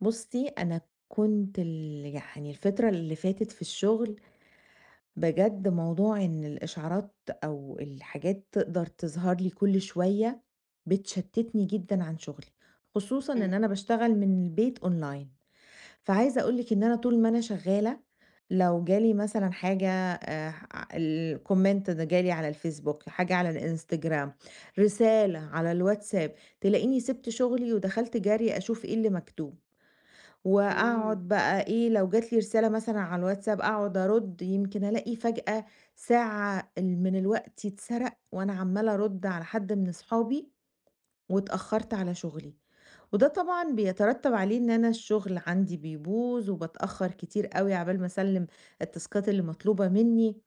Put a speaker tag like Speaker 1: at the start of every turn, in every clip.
Speaker 1: بُصّي، أنا كنت يعني الفترة اللي فاتت في الشغل بجد موضوع إن الإشعارات أو الحاجات تقدر تظهر لي كل شوية بتشتتني جدًا عن شغلي، خصوصًا
Speaker 2: إمم.
Speaker 1: إن أنا باشتغل من البيت online. فعايزة أقول لِك إن أنا طول ما أنا شغالة لو جالي مثلًا حاجة الcomment ده جالي على الفيسبوك، حاجة على الإنستجرام، رسالة على الواتساب، تلاقيني سِبت شغلي ودخلت جري أشوف إيه اللي مكتوب.
Speaker 2: إمم.
Speaker 1: وأقعد بقى إيه، لو جات لي رسالة مثلًا على الواتساب أقعد أرُد، يمكن ألاقي فجأة ساعة من الوقت اتسرق وأنا عمّالة أرُد على حد من أصحابي واتأخّرت على شغلي، وده طبعًا بيترتّب عليه إن أنا الشغل عندي بيبوظ وباتأخّر كتير أوي عقبال ما أسلِّم التاسكات اللي مطلوبة منّي،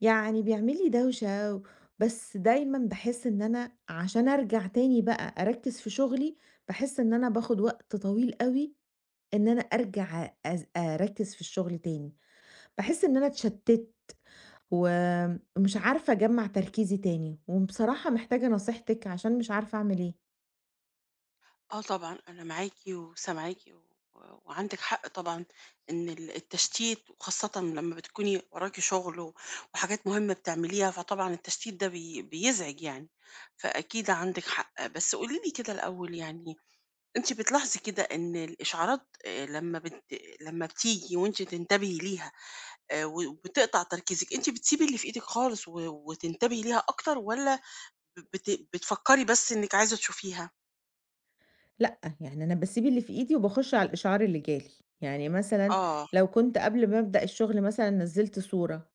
Speaker 1: يعني بيعمل لي دوشة بس دايمًا باحس إن أنا عشان أرجع تاني بقى أركّز في شغلي، باحس إن أنا باخد وقت طويل أوي إن أنا أرجع أركّز في الشغل تاني، باحس إن أنا اتشتّت ومش عارفة أجمّع تركيزي تاني، وبصراحة محتاجة نصيحتِك عشان مش عارفة أعمل إيه.
Speaker 2: آه، طبعًا، أنا معاكِ وسامعاكِ وعندِك حق طبعًا، إن التشتيت وخاصةً لمّا بتكوني وراكِ شغل وحاجات مهمة بتعمليها، فطبعًا التشتيت ده بيزعج يعني. فأكيد عندِك حق. بس قولي لي كده الأول، يعني أنتِ بتلاحظي كده إن الإشعارات لمّا بتيجي وأنتِ تنتبهي ليها، و وبتقطع تركيزِك، أنتِ بتسيبي اللي في إيدِك خالص وتنتبهي ليها أكتر، والّا ب بت بتفكّري بس إنِّك عايزة تشوفيها؟
Speaker 1: لأ، يعني أنا باسيب اللي في إيدي وباخُش على الإشعار اللي جالي، يعني مثلًا
Speaker 2: آه.
Speaker 1: لو كنت قبل ما أبدأ الشغل مثلًا نزّلت صورة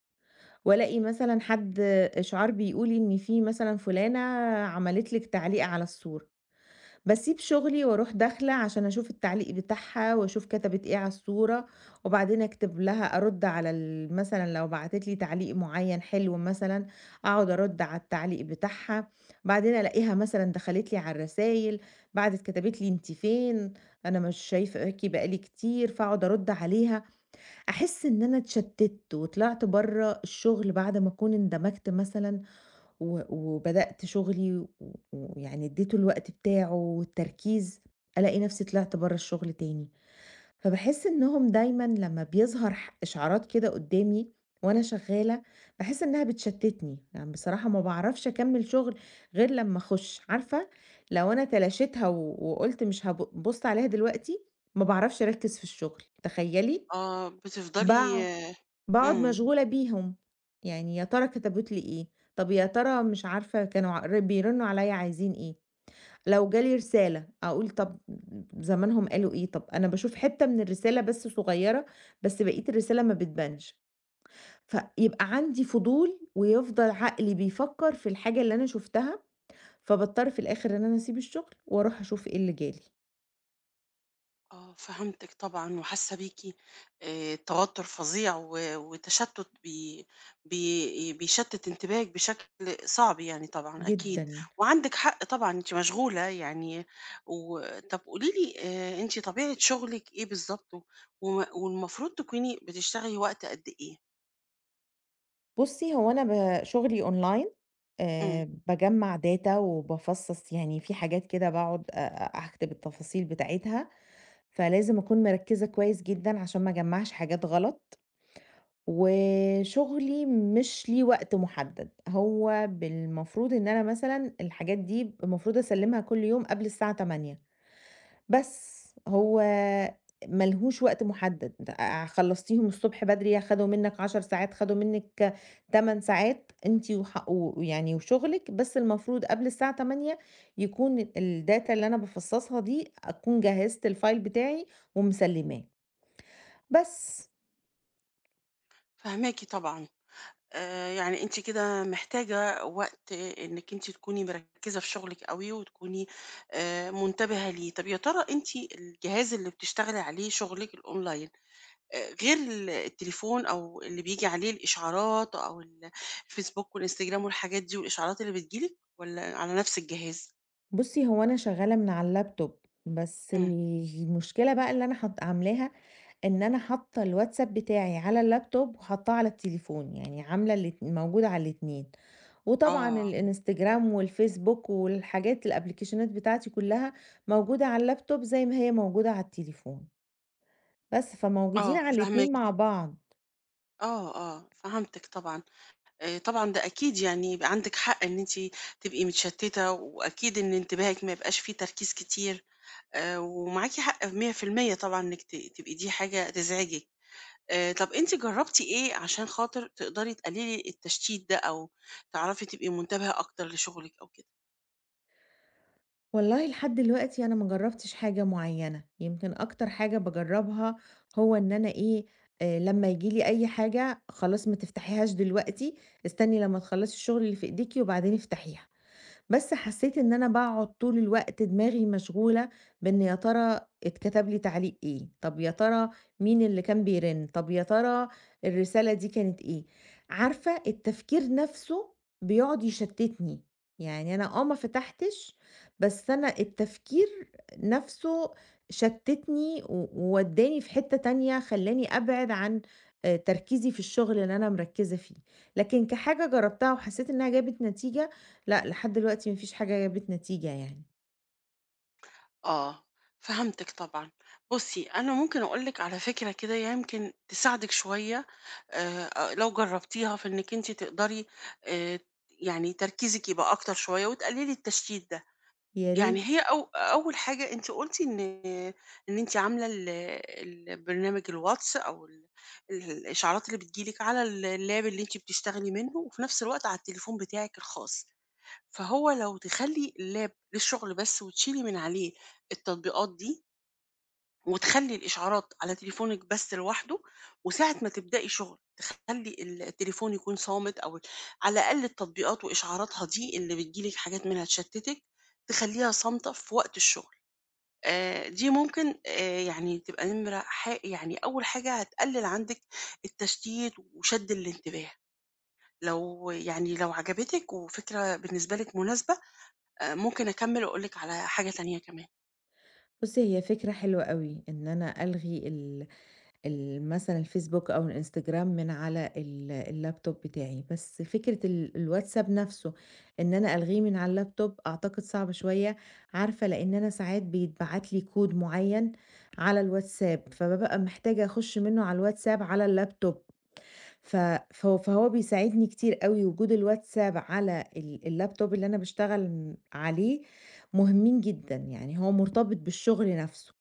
Speaker 1: وألاقي مثلًا حد إشعار بيقول إن في مثلًا فلانة عملت لِك تعليق على الصورة، باسيب شغلي وأروح داخلة عشان أشوف التعليق بتاعها وأشوف كتبت إيه على الصورة، وبعدين أكتب لها أرُد على ال مثلًا لو بعتت لي تعليق معيّن حلو مثلًا، أقعد أرُد على التعليق بتاعها، بعدين ألاقيها مثلًا دخلت لي على الرسايل، بعدِت كتبت لي أنتِ فين، أنا مش شايفاكِ بقى لي كتير، فأقعد أرُد عليها، أحس إن أنا اتشتِّت وطلعت برّه الشغل بعد ما أكون اندمجت مثلًا و وبدأت شغلي ويعني اديته الوقت بتاعه والتركيز، ألاقي نفسي طلعت برّه الشغل تاني، فباحس إنهم دايمًا لمّا بيظهر ح إشعارات كده قدّامي وأنا شغالة، باحس إنها بتشتتني، يعني بصراحة ما باعرفش أكمّل شغل غير لمّا أخُش، عارفة لو أنا تلاشيتها و وقُلت مش هاب بُص عليها دلوقتي، ما باعرفش أركّز في الشغل، تخيّلي؟
Speaker 2: آه، بتفضلي.
Speaker 1: باع باقعد
Speaker 2: إمم.
Speaker 1: مشغولة بيهم، يعني يا ترى كتبت لي إيه، طب يا ترى مش عارفة كانوا ع ر بيرنّوا عليَّ عايزين إيه، لو جه لي رسالة أقول طب زمانهم قالوا إيه، طب أنا باشوف حتّة من الرسالة بس صغيّرة، بس بقية الرسالة ما بتبانش، فيبقى عندي فضول ويفضل عقلي بيفكّر في الحاجة اللي أنا شُفتها، فباضطر في الآخر إن أنا أسيب الشغل وأروح أشوف إيه اللي جه لي،
Speaker 2: آه، فهمتِك طبعًا وحاسة بيكِ، توتر فظيع وتشتت بي بي بيشتت انتباهِك بشكل صعب يعني، طبعًا أكيد.
Speaker 1: جدًا.
Speaker 2: وعندِك حق طبعًا، أنتِ مشغولة يعني. طب قولي لي، أنتِ طبيعة شغلِك إيه بالضبط، والمفروض تكوني بتشتغلي وقت قد إيه؟
Speaker 1: بُصّي، هو أنا شغلي أونلاين،
Speaker 2: إمم.
Speaker 1: باجمّع data وبافصّص يعني في حاجات كده باقعد أ أ أكتب التفاصيل بتاعتها، فلازم أكون مركّزة كويس جدًا عشان ما أجمّعش حاجات غلط، وشغلي مش ليه وقت محدد، هو بالمفروض إن أنا مثلًا الحاجات دي المفروض أسلّمها كل يوم قبل الساعة 08:00. بس هو ما لهوش وقت محدد، د خلّصتيهم الصبح بدري خدوا منِّك 10 ساعات، خدوا منِّك 8 ساعات أنتِ ويعني وشغلِك، بس المفروض قبل الساعة 08:00 يكون الdata اللي أنا بافصّصها دي أكون جهّزت الfile بتاعي ومسلّماه. بس،
Speaker 2: فاهماكِ طبعًا. يعني أنتِ كده محتاجة وقت إنِّك أنتِ تكوني مركّزة في شغلِك أوي، وتكوني منتبهة ليه. طَب يا ترى أنتِ الجهاز اللي بتشتغلي عليه شغلِك الأونلاين، غير التليفون أو اللي بييجي عليه الإشعارات أو الفيسبوك والإنستجرام والحاجات دي والإشعارات اللي بتيجي لِك، والّا على نفس الجهاز؟
Speaker 1: بُصّي هو أنا شغّالة من على الlaptop، بس
Speaker 2: إمم.
Speaker 1: المشكلة بقى اللي أنا عاملاها إن أنا حاطة الواتساب بتاعي على اللابتوب وحاطاه على التليفون، يعني عاملة الات موجودة على الاتنين، وطبعًا
Speaker 2: آه،
Speaker 1: الإنستجرام والفيسبوك الأبليكيشنات بتاعتي كلها موجودة على اللابتوب زي ما هي موجودة على التليفون، بس
Speaker 2: آه،
Speaker 1: فموجودين على الاتنين
Speaker 2: فاهماكِ.
Speaker 1: مع بعض.
Speaker 2: آه، آه، فهمتِك طبعًا. طبعًا ده أكيد، يعني يبقى عندِك حق إن أنتِ تبقي متشتّتة، وأكيد إن انتباهِك ما يبقاش فيه تركيز كتير. ومعاكِ حق 100% طبعًا، إنِّك تبقي دي حاجة تزعجِك. طَب أنتِ جرّبتِ إيه عشان خاطر تقدري تقللي التشتيت ده، أو تعرفي تبقي منتبهة أكتر لشغلِك أو كده؟
Speaker 1: والله لحد دلوقتي أنا ما جرّبتش حاجة معيّنة، يمكن أكتر حاجة باجرّبها هو إن أنا إيه، لمّا ييجي لي أي حاجة خلاص ما تفتحيهاش دلوقتي، استني لمّا تخلّصي الشغل اللي في إيديكِ وبعدين افتحيها. بس حسيت إن أنا باقعد طول الوقت دماغي مشغولة بإن يا ترى اتكتب لي تعليق إيه، طب يا ترى مين اللي كان بيرن، طب يا ترى الرسالة دي كانت إيه، عارفة التفكير نفسه بيقعد يشتتني، يعني أنا آه ما فتحتش بس أنا التفكير نفسه شتتني وودّاني في حتة تانية خلّاني أبعد عن تركيزي في الشغل اللي أنا مركزة فيه، لكن كحاجة جربتها وحسيت إنها جابت نتيجة لأ، لحد دلوقتي ما فيش حاجة جابت نتيجة يعني.
Speaker 2: آه، فهمتِك طبعًا. بُصّي، أنا ممكن أقول لِك على فكرة كده يمكن تساعدِك شوية، لو جرّبتيها في إنِّك أنتِ تقدري، آآ، يعني تركيزِك يبقى أكتر شوية وتقللي التشتيت ده.
Speaker 1: يا
Speaker 2: يعني
Speaker 1: ريت.
Speaker 2: هي أو أول حاجة أنتِ قُلتِ إن أنتِ عاملة البرنامج الواتس أو الإشعارات اللي بتيجي لك على الLap اللي أنتِ بتشتغلي منه، وفي نفس الوقت على التليفون بتاعِك الخاص. فهو لو تخلّي اللاب للشغل بس وتشيلي من عليه التطبيقات دي، وتخلّي الإشعارات على تليفونِك بس لوحده، وساعة ما تبدئي شغل تخلّي التليفون يكون صامت، أو على الأقل التطبيقات وإشعاراتها دي اللي بتيجي لِك حاجات منها تشتتِك، تخلّيها صامتة في وقت الشغل. دي ممكن، يعني تبقى نمرة، يعني أول حاجة هتقلل عندِك التشتيت وشَد الانتباه. لو يعني لو عجبتِك وفكرة بالنسبة لِك مناسبة، ممكن أكمّل وأقول لِك على حاجة تانية كمان.
Speaker 1: بُصّي، هي فكرة حلوة أوي إن أنا ألغي ال مثلًا الفيسبوك أو الإنستجرام من على ال اللابتوب بتاعي، بس فكرة الواتساب نَفْسه إن أنا ألغيه من على اللابتوب أعتقد صعبة شوية، عارفة لإن أنا ساعات بيتبعت لي كود معيّن على الواتساب، فبابقى محتاجة أخُش منّه على الواتساب على اللابتوب. ف فهو فهو بيساعدني كتير أوي وجود الواتساب على ال اللابتوب اللي أنا باشتغل عليه مهمين جدًا، يعني هو مرتبط بالشغل نفسه،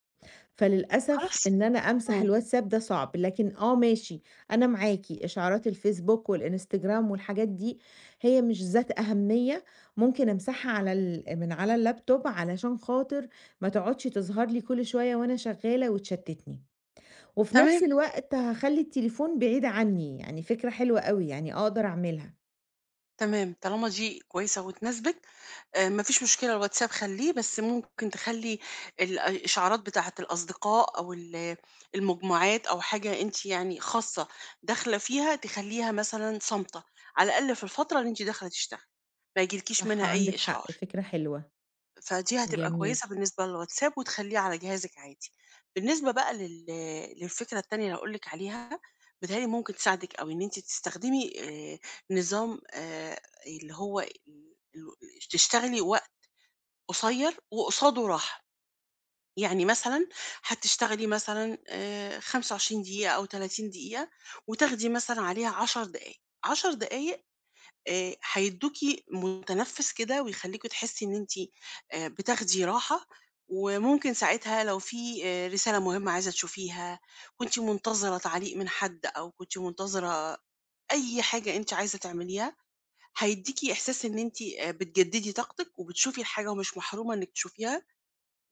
Speaker 1: فللأسف
Speaker 2: خلاص.
Speaker 1: إن أنا أمسح
Speaker 2: إمم.
Speaker 1: الواتساب ده صعب، لكن آه ماشي. أنا معاكِ، إشعارات الفيسبوك والإنستجرام والحاجات دي هي مش ذات أهمية، ممكن أمسحها على من على اللابتوب علشان خاطر ما تقعدش تظهر لي كل شوية وأنا شغالة وتشتتني. وفي
Speaker 2: تمام،
Speaker 1: نفس الوقت هاخلّي التليفون بعيد عني، يعني فكرة حلوة أوي، يعني أقدر أعملها.
Speaker 2: تمام، طالما دي كويسة وتناسبِك، ما فيش مشكلة. الواتساب خلّيه، بس ممكن تخلّي الإشعارات بتاعة الأصدقاء أو المجموعات أو حاجة أنتِ يعني خاصة داخلة فيها، تخلّيها مثلًا صامتة، على الأقل في الفترة اللي أنتِ داخلة تشتغلي، ما ييجيلكيش
Speaker 1: صح،
Speaker 2: منها أي
Speaker 1: عندِك
Speaker 2: إشعار.
Speaker 1: حق، فكرة حلوة،
Speaker 2: فدي هتبقى
Speaker 1: جميل،
Speaker 2: كويسة بالنسبة للواتساب، وتخلّيه على جهازِك عادي. بالنسبة بقى للفكرة التانية اللي هاقول لِك عليها، بيتهيأ لي ممكن تساعدِك أوي، إن أنتِ تستخدمي نظام، اللي هو ال ال تشتغلي وقت قصير وقصاده راحة. يعني مثلًا هتشتغلي مثلًا 25 دقيقة أو 30 دقيقة، وتاخدي مثلًا عليها 10 دقايق. 10 دقايق هيدّوكِ متنفس كده، ويخلّيكِ تحسّي إن أنتِ بتاخدي راحة، وممكن ساعتها لو في رسالة مهمة عايزة تشوفيها، كنتِ منتظرة تعليق من حد أو كنتِ منتظرة أي حاجة أنتِ عايزة تعمليها، هيدّيكِ إحساس إن أنتِ بتجدّدي طاقتِك، وبتشوفي الحاجة ومش محرومة إنِّك تشوفيها.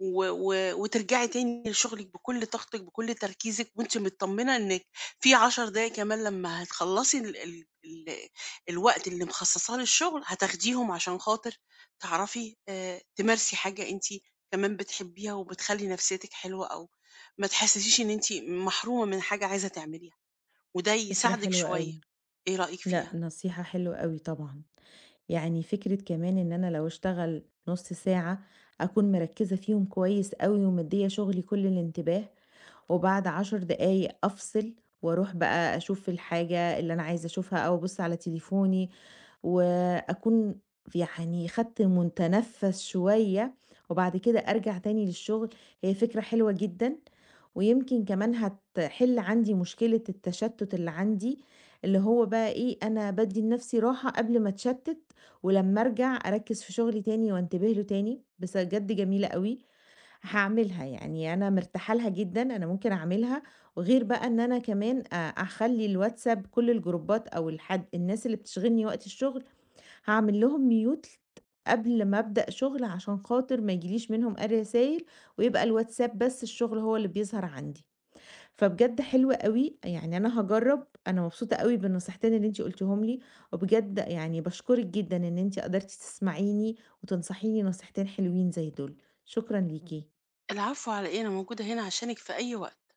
Speaker 2: و و وترجعي تاني لشغلِك بكل طاقتِك، بكل تركيزِك، وأنتِ متطمنة إنِّك في 10 دقايق كمان لمّا هتخلّصي ال ال ال الوقت اللي مخصصاه للشغل، هتاخديهم عشان خاطر تعرفي تمارسي حاجة أنتِ كمان بتحبيها، وبتخلّي نفسيتِك حلوة، أو ما تحسسيش إن أنتِ محرومة من حاجة عايزة تعمليها، وده
Speaker 1: فكرة
Speaker 2: يساعدِك
Speaker 1: حلوة
Speaker 2: شوية.
Speaker 1: أوي.
Speaker 2: إيه رأيِك
Speaker 1: لأ،
Speaker 2: فيها؟
Speaker 1: نصيحة حلوة أوي طبعًا. يعني فكرة كمان إن أنا لو أشتغل نُص ساعة، أكون مركّزة فيهم كويس أوي ومديّة شغلي كل الانتباه. وبعد 10 دقايق أفصل وأروح بقى أشوف الحاجة اللي أنا عايزة أشوفها أو أبُص على تليفوني، وأكون يعني خدت متنفس شوية، وبعد كده أرجع تاني للشغل، هي فكرة حلوة جدًا، ويمكن كمان هتحل عندي مشكلة التشتت اللي عندي، اللي هو بقى إيه، أنا بادّي لنفسي راحة قبل ما أتشتت، ولمّا أرجع أركّز في شغلي تاني وأنتبه له تاني، بس بجد جميلة أوي. هاعملها، يعني أنا مرتاحة لها جدًا، أنا ممكن أعملها، وغير بقى إن أنا كمان أخلّي الواتساب كل الجروبات أو الناس اللي بتشغلني وقت الشغل، هاعمل لهم mute قبل ما أبدأ شغل عشان خاطر ما يجيليش منهم أي رسايل، ويبقى الواتساب بس الشغل هو اللي بيظهر عندي. فبجد حلو أوي، يعني أنا هاجرّب، أنا مبسوطة أوي بالنصيحتين اللي أنتِ قُلتيهم لي، وبجد يعني باشكرِك جدًا إن أنتِ قدرتِ تسمعيني وتنصحيني نصيحتين حلوين زي دول، شكرًا ليكِ.
Speaker 2: العفو على إيه، أنا موجودة هنا عشانِك في أي وقت.